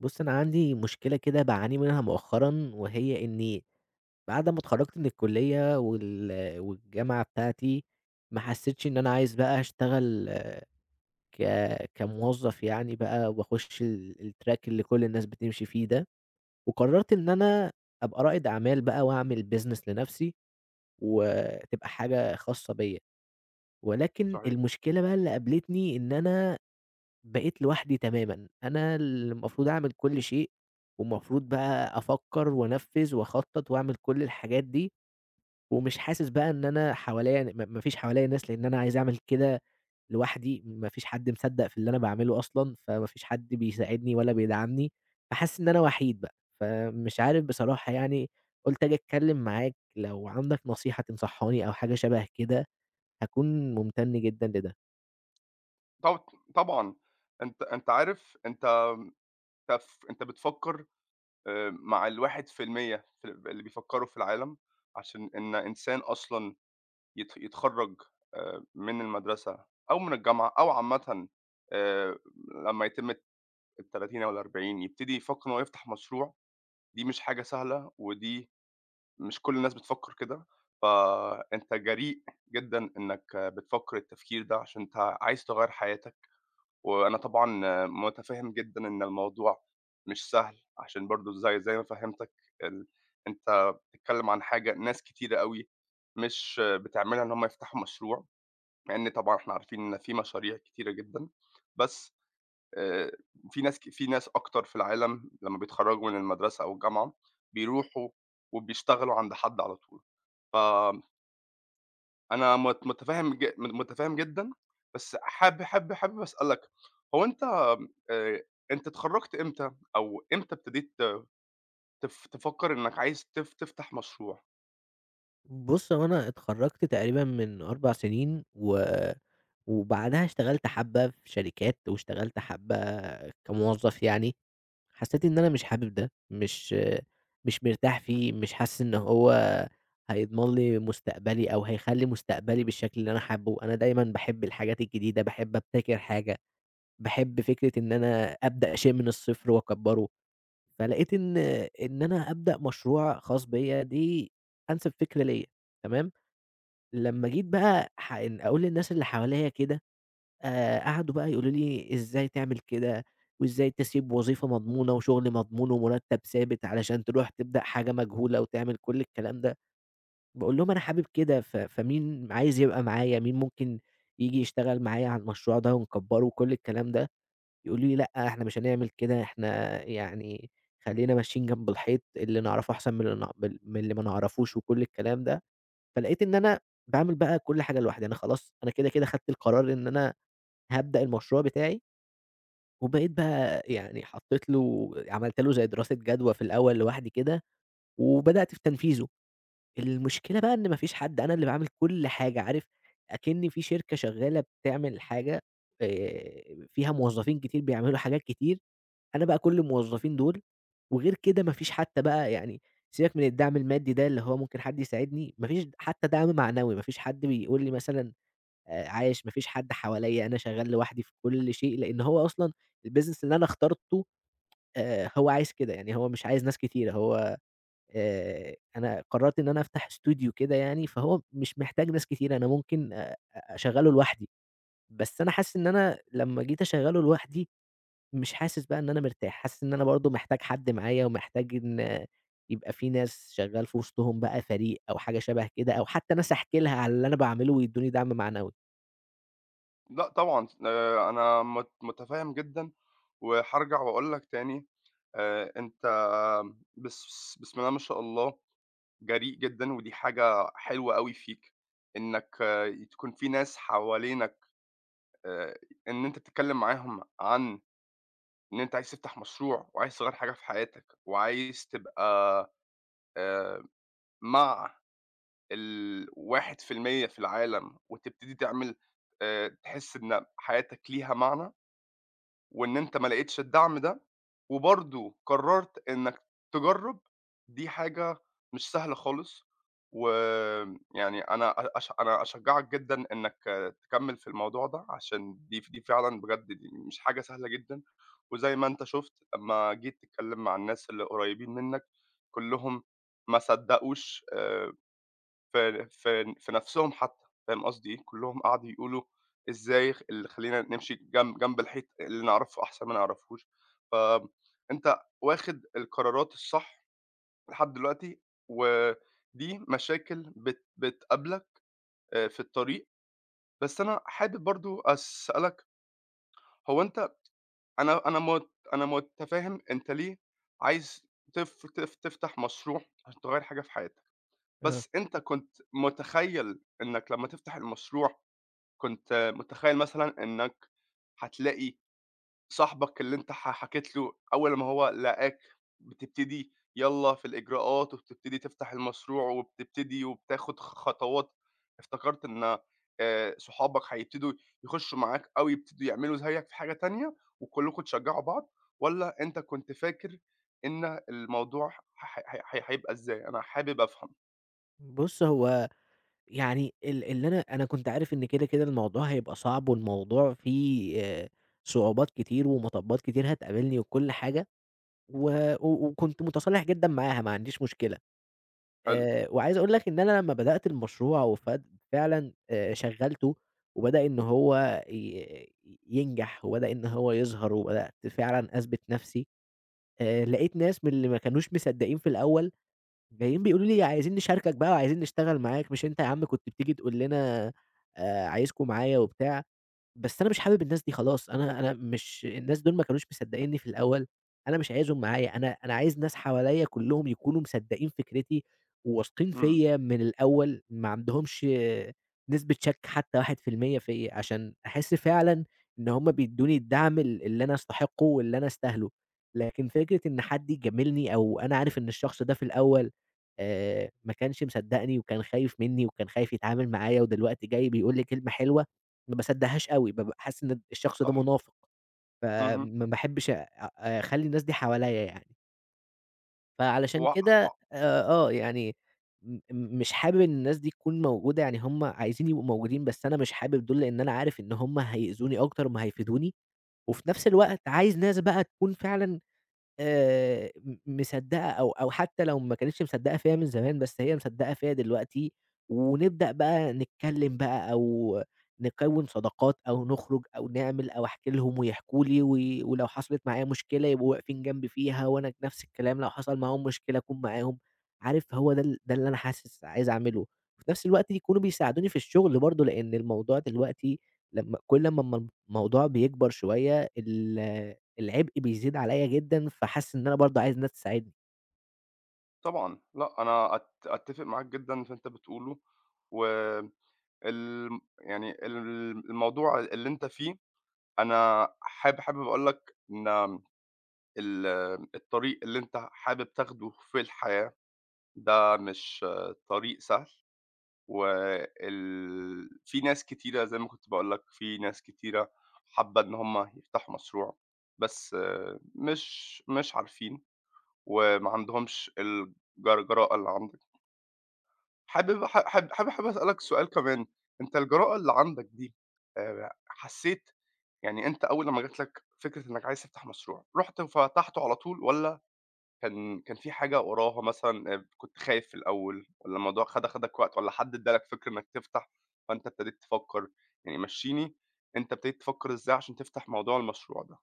بُص، أنا عندي مشكلة كده باعاني منها مؤخرًا، وهي إني بعد ما اتخرجت من الكلية والجامعة بتاعتي، ما حسيتش إن أنا عايز بقى أشتغل ك كموظف يعني بقى وأخش الtrack اللي كل الناس بتمشي فيه ده، وقررت إن أنا أبقى رائد أعمال بقى وأعمل business لنفسي، وتبقى حاجة خاصة بيّا، ولكن صحيح. المشكلة بقى اللي قابلتني إن أنا بقيت لوحدي تمامًا، أنا اللي المفروض أعمل كل شيء، ومفروض بقى أفكّر وأنفّذ وأخطّط وأعمل كل الحاجات دي، ومش حاسس بقى إن أنا حواليّا ن ما فيش حواليّا ناس، لإن أنا عايز أعمل كده لوحدي، ما فيش حد مصدّق في اللي أنا باعمله أصلًا، فما فيش حد بيساعدني ولا بيدعمني، فحاسس إن أنا وحيد بقى، فمش عارف بصراحة يعني، قُلت آجي أتكلّم معاك لو عندك نصيحة تنصحّاني أو حاجة شبه كده، هاكون ممتن جدًا لده. طب طبعًا. أنت عارف، أنت بتفكّر مع ال1% في المية في ال اللي بيفكّروا في العالم، عشان إن إنسان أصلًا يتخرّج من المدرسة أو من الجامعة أو عامةً، آآ لمّا يتم ال30 أو ال40 يبتدي يفكّر إن هو يفتح مشروع. دي مش حاجة سهلة، ودي مش كل الناس بتفكّر كده. فأنت جريء جدًا إنّك بتفكّر التفكير ده عشان أنت عايز تغيّر حياتك. وأنا طبعًا مُتفهِّم جدًا إن الموضوع مش سهل، عشان برضه زي ما فهمتك، ال أنت بتتكلّم عن حاجة ناس كتيرة أوي مش بتعملها، إن هم يفتحوا مشروع، مع إن طبعًا إحنا عارفين إن في مشاريع كتيرة جدًا. بس آآ في ناس أكتر في العالم لمّا بيتخرّجوا من المدرسة أو الجامعة بيروحوا وبيشتغلوا عند حد على طول. ف أنا مت متفهم ج متفهم جدًا. بس حابب أسألك، هو أنت اتخرّجت إمتى، أو إمتى ابتديت تفكّر إنك عايز تفتح مشروع؟ بُص، هو أنا اتخرّجت تقريبًا من 4 سنين وبعدها اشتغلت حبّة في شركات واشتغلت حبّة كموظّف يعني، حسّيت إن أنا مش حابب ده، مش مرتاح فيه، مش حاسس إن هو هيضمن لي مستقبلي أو هيخلّي مستقبلي بالشكل اللي أنا حابّه، أنا دايمًا باحب الحاجات الجديدة، باحب أبتكر حاجة، باحب فكرة إن أنا أبدأ شيء من الصفر وأكبّره، فلقيت إن إمم، إن أنا أبدأ مشروع خاص بيّا دي أنسب فكرة ليّا، تمام؟ لمّا جيت بقى إن أقول للناس اللي حواليّا كده، قعدوا بقى يقولوا لي: "إزاي تعمل كده، وإزاي تسيب وظيفة مضمونة وشغل مضمون ومرتب ثابت علشان تروح تبدأ حاجة مجهولة وتعمل كل الكلام ده؟" باقول لهم: "أنا حابب كده، فمين عايز يبقى معايا، مين ممكن ييجي يشتغل معايا على المشروع ده ونكبّره وكل الكلام ده؟" يقولوا لي: "لأ، إحنا مش هنعمل كده، إحنا يعني خلّينا ماشيين جنب الحيط، اللي نعرفه أحسن من اللي ن من اللي ما نعرفوش." وكل الكلام ده. فلقيت إن أنا باعمل بقى كل حاجة لوحدي، أنا خلاص أنا كده، كده خدت القرار إن أنا هابدأ المشروع بتاعي، وبقيت بقى يعني حطيت له عملت له زي دراسة جدوى في الأول لوحدي كده، وبدأت في تنفيذه. المشكلة بقى إن ما فيش حد، أنا اللي باعمل كل حاجة، عارف أكِنّي في شركة شغّالة بتعمل حاجة فيها موظفين كتير بيعملوا حاجات كتير، أنا بقى كل الموظفين دول، وغير كده ما فيش حتى بقى يعني سيبك من الدعم المادي ده اللي هو ممكن حد يساعدني، ما فيش حتى دعم معنوي، ما فيش حد بيقول لي مثلًا عاش، ما فيش حد حواليّا، أنا شغّال لوحدي في كل شيء، لإن هو أصلًا الbusiness اللي أنا اخترته هو عايز كده، يعني هو مش عايز ناس كتيرة، هو أنا قرّرت إن أنا أفتح استوديو كده يعني، فهو مش محتاج ناس كتير، أنا ممكن أ أ أشغّله لوحدي، بس أنا حاسس إن أنا لمّا جيت أشغّله لوحدي، مش حاسس بقى إن أنا مرتاح، حاسس إن أنا برضه محتاج حد معايا ومحتاج إن آه، يبقى في ناس شغّال في وسطهم بقى فريق أو حاجة شَبه كده، أو حتى ناس أحكي لها على اللي أنا باعمله ويدّوني دعم معنوي. لأ طبعًا، أنا متفهم جدًا. وهارجع وأقول لك تاني، أنت بس بسم الله ما شاء الله، جريء جدًا، ودي حاجة حلوة أوي فيك، إنك تكون في ناس حوالينك، آآ، إن أنت تتكلّم معاهم عن إن أنت عايز تفتح مشروع، وعايز تغيّر حاجة في حياتك، وعايز تبقى آآ مع ال1% في المية في العالم، وتبتدي تعمل تحس إن حياتك ليها معنى؟ وإن أنت ما لقيتش الدعم ده، وبرضه قررت إنك تجرب، دي حاجة مش سهلة خالص. ويعني أنا أ أش أنا أشجعك جدًا إنك تكمل في الموضوع ده، عشان دي فعلًا بجد دي مش حاجة سهلة جدًا. وزي ما أنت شُفت لمّا جيت تتكلم مع الناس اللي قريبين منك، كلهم ما صدقوش، في نَفْسهم حتّى. فاهم قصدي إيه؟ كُلّهم قعدوا يقولوا إزاي، اللي خلّينا نمشي جنب الحيط، اللي نعرفه أحسن ما نعرفهوش. فأنت واخد القرارات الصح لحد دلوقتي، ودي مشاكل بتقابلك في الطريق. بس أنا حابب برضه أسألك، هو أنت أنا أنا مت أنا متفهّم أنت ليه عايز تف تف تفتح مشروع عشان تغيّر حاجة في حياتك، آه. بس أنت كنت متخيّل إنّك لمّا تفتح المشروع، كنت متخيّل مثلًا إنّك هتلاقي صاحبك اللي أنت حكيت له أول ما هو لقاك بتبتدي يالّا في الإجراءات، وبتبتدي تفتح المشروع، وبتبتدي وبتاخُد خطوات، افتكرت إن صحابك هيبتدوا يخشّوا معاك، أو يبتدوا يعملوا زيّك في حاجة تانية وكلّكم تشجّعوا بعض، والّا أنت كنت فاكر إن الموضوع ح ح ح هيبقى إزاي؟ أنا حابب أفهم. بُص، هو يعني اللي أنا كنت عارف إن كده، كده الموضوع هيبقى صعب والموضوع فيه صعوبات كتير ومطبّات كتير هتقابلني وكل حاجة. و و وكنت متصالح جدًا معاها، ما عنديش مشكلة. حلو. وعايز أقول لك إن أنا لمّا بدأت المشروع فعلًا، شغّلته وبدأ إن هو ينجح وبدأ إن هو يظهر وبدأت فعلًا أثبت نفسي، لقيت ناس من اللي ما كانوش مصدقين في الأول جايين بيقولوا لي عايزين نشاركك بقى وعايزين نشتغل معاك، مش أنت يا عم كنت بتيجي تقول لنا عايزكم معايا وبتاع. بس أنا مش حابب الناس دي خلاص، أنا مش الناس دول ما كانوش مصدقينّي في الأول، أنا مش عايزهم معايا، أنا عايز ناس حواليّا كلّهم يكونوا مصدقين فكرتي، وواثقين إمم. فيّا من الأول، ما عندهمش نسبة شك حتّى 1% فيّا، عشان أحس فعلًا إن هُم بيدّوني الدعم اللي أنا أستحقه واللي أنا أستاهله، لكن فكرة إن حد يجاملني أو أنا عارف إن الشخص ده في الأول ما كانش مصدقني وكان خايف منّي وكان خايف يتعامل معايا ودلوقتي جاي بيقول لي كلمة حلوة ما باصدّقهاش أوي، بابقى حاسس إن الشخص ده صح. منافق، اهم. فما باحبش أخلّي الناس دي حواليّا يعني. فعلشان كده و يعني مش حابب إن الناس دي تكون موجودة، يعني هم عايزين يبقوا موجودين، بس أنا مش حابب دول، لإن أنا عارف إن هم هيأذوني أكتر ما هيفيدوني، وفي نفس الوقت عايز ناس بقى تكون فعلًا م مصدّقة أو حتى لو ما كانتش مصدّقة فيّا من زمان، بس هي مصدّقة فيّا دلوقتي، ونبدأ بقى نتكلّم بقى أو نكوّن صداقات أو نخرج أو نعمل أو أحكي لهم ويحكوا لي، ولو حصلت معايا مشكلة يبقوا واقفين جنبي فيها، وأنا نفس الكلام لو حصل معاهم مشكلة أكون معاهم، عارف هو ده ده اللي أنا حاسس عايز أعمله، وفي نفس الوقت يكونوا بيساعدوني في الشغل برضه، لإن الموضوع دلوقتي لمّا الموضوع بيكبر شوية العبء بيزيد عليَّ جدًا، فحاسس إن أنا برضه عايز ناس تساعدني. طبعًا، لأ، أنا أتّفق معاك جدًا في اللي أنت بتقوله. والم يعني الموضوع اللي أنت فيه، أنا حابب أقول لك إن ال الطريق اللي أنت حابب تاخده في الحياة ده، مش طريق سهل. في ناس كتيرة زي ما كنت باقول لك، في ناس كتيرة حابة إن هم يفتحوا مشروع، بس مش مش عارفين، وما عندهمش الجرجرة اللي عندك. حابب ح حاب حاب حابب أسألك سؤال كمان، أنت الجراءة اللي عندك دي، حسيت يعني، أنت أول لمّا جات لك فكرة إنك عايز تفتح مشروع، رُحت وفتحته على طول والّا كان في حاجة وراها مثلًا، كنت خايف في الأول، والّا الموضوع أخدك وقت، والّا حد ادّى لك فكرة إنك تفتح فأنت ابتديت تفكّر؟ يعني مشّيني، أنت ابتديت تفكّر إزاي عشان تفتح موضوع المشروع ده؟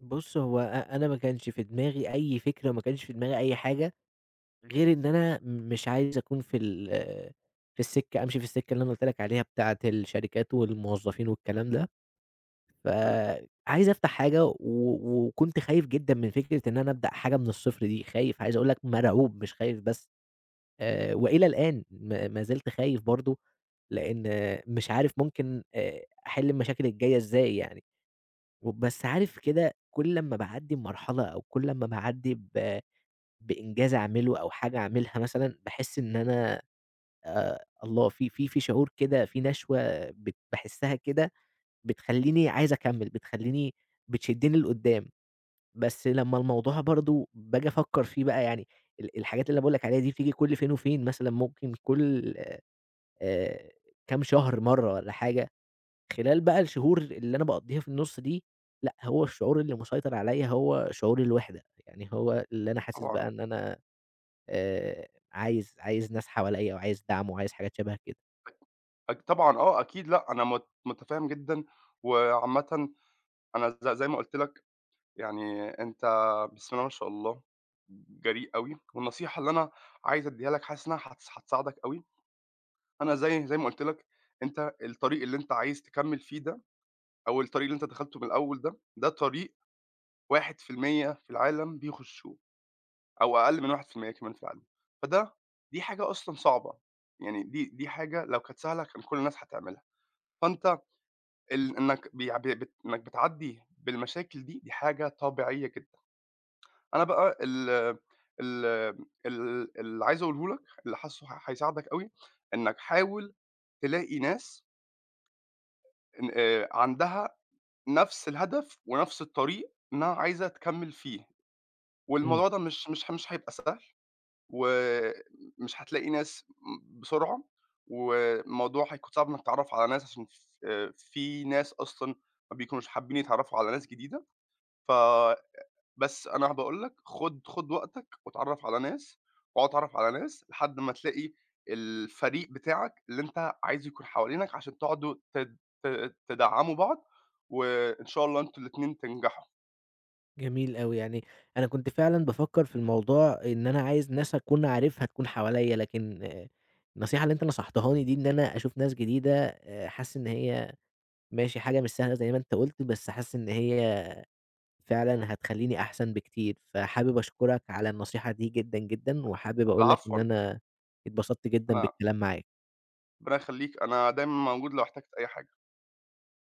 بُص، هو أنا ما كانش في دماغي أي فكرة، وما كانش في دماغي أي حاجة، غير إن أنا مش عايز أكون في السكة أمشي في السكة اللي أنا قُلت لك عليها بتاعة الشركات والموظفين والكلام ده، حلو، فعايز أفتح حاجة وكنت خايف جدًا من فكرة إن أنا أبدأ حاجة من الصفر دي، خايف عايز أقول لك مرعوب مش خايف بس، وإلى الآن ما زلت خايف برضه، لإن مش عارف ممكن أحل المشاكل الجاية إزاي يعني. وبس عارف كده كل لمّا باعدّي بمرحلة أو كل لمّا باعدّي بإنجاز أعمله أو حاجة أعملها مثلًا، باحس إن أنا الله في شعور كده، في نشوة باحسها كده بتخلّيني عايز أكمّل، بتشدّني لقدّام. بس لمّا الموضوع برضه باجي أفكّر فيه بقى يعني الحاجات اللي أنا باقول لك عليها دي بتيجي كل فين وفين مثلًا ممكن كل آآ كام شهر مرّة والّا حاجة. خلال بقى الشهور اللي أنا باقضّيها في النُص دي، لأ، هو الشعور اللي مسيطر عليَّ هو شعور الوحدة، يعني هو اللي أنا حاسس طبعًا بقى إن أنا عايز ناس حواليَّ وعايز دعم وعايز حاجات شبه كده. طبعًا أكيد، لأ، أنا متفهّم جدًا. وعامةً أنا زي ما قُلت لك، يعني أنت بسم الله ما شاء الله جريء أوي، والنصيحة اللي أنا عايز أدّيها لك، حاسس إنها هتساعدك أوي. أنا زي ما قُلت لك، أنت الطريق اللي أنت عايز تكمّل فيه ده، أو الطريق اللي أنت دخلته من الأول ده، ده طريق 1% في المية في العالم بيخشوه، أو أقل من 1% كمان في العالم. فده دي حاجة أصلًا صعبة، يعني دي حاجة لو كانت سهلة كان كل الناس هتعملها. فأنت ال إنك بيع ب بت إنك بتعدّي بالمشاكل دي، دي حاجة طبيعية جدًا. أنا بقى ال ال ال اللي عايز أقوله لك، اللي حاسّه هيساعدك أوي، إنّك حاول تلاقي ناس إن عندها نفس الهدف ونفس الطريق إنّها عايزة تكمّل فيه، إمم، والموضوع ده مش هيبقى سهل، ومش هتلاقي ناس بسرعة، والموضوع هيكون صعب إنّك تتعرّف على ناس، عشان ف في ناس أصلًا ما بيكونوش حابّين يتعرّفوا على ناس جديدة. ف بس أنا باقول لك خُد وقتك واتعرّف على ناس، واقعد اتعرّف على ناس لحد ما تلاقي الفريق بتاعك اللي أنت عايزه يكون حوالينك، عشان تقعدوا تد ت تدعّموا بعض، وإن شاء الله أنتم الاتنين تنجحوا. جميل أوي، يعني أنا كنت فعلًا بافكّر في الموضوع إن أنا عايز ناس أكون عارفها تكون حواليَّ، لكن آه، النصيحة اللي أنت نصحتهاني دي إن أنا أشوف ناس جديدة حاسس إن هي ماشي حاجة مش سهلة زي ما أنت قُلت، بس حاسس إن هي فعلًا هتخلّيني أحسن بكتير، فحابب أشكرك على النصيحة دي جدًا، جدًا، وحابب أقول لك العفو. إن أنا اتبسطت جدًا أنا بالكلام معاك. ربنا يخلّيك، أنا دايمًا موجود لو احتجت أي حاجة.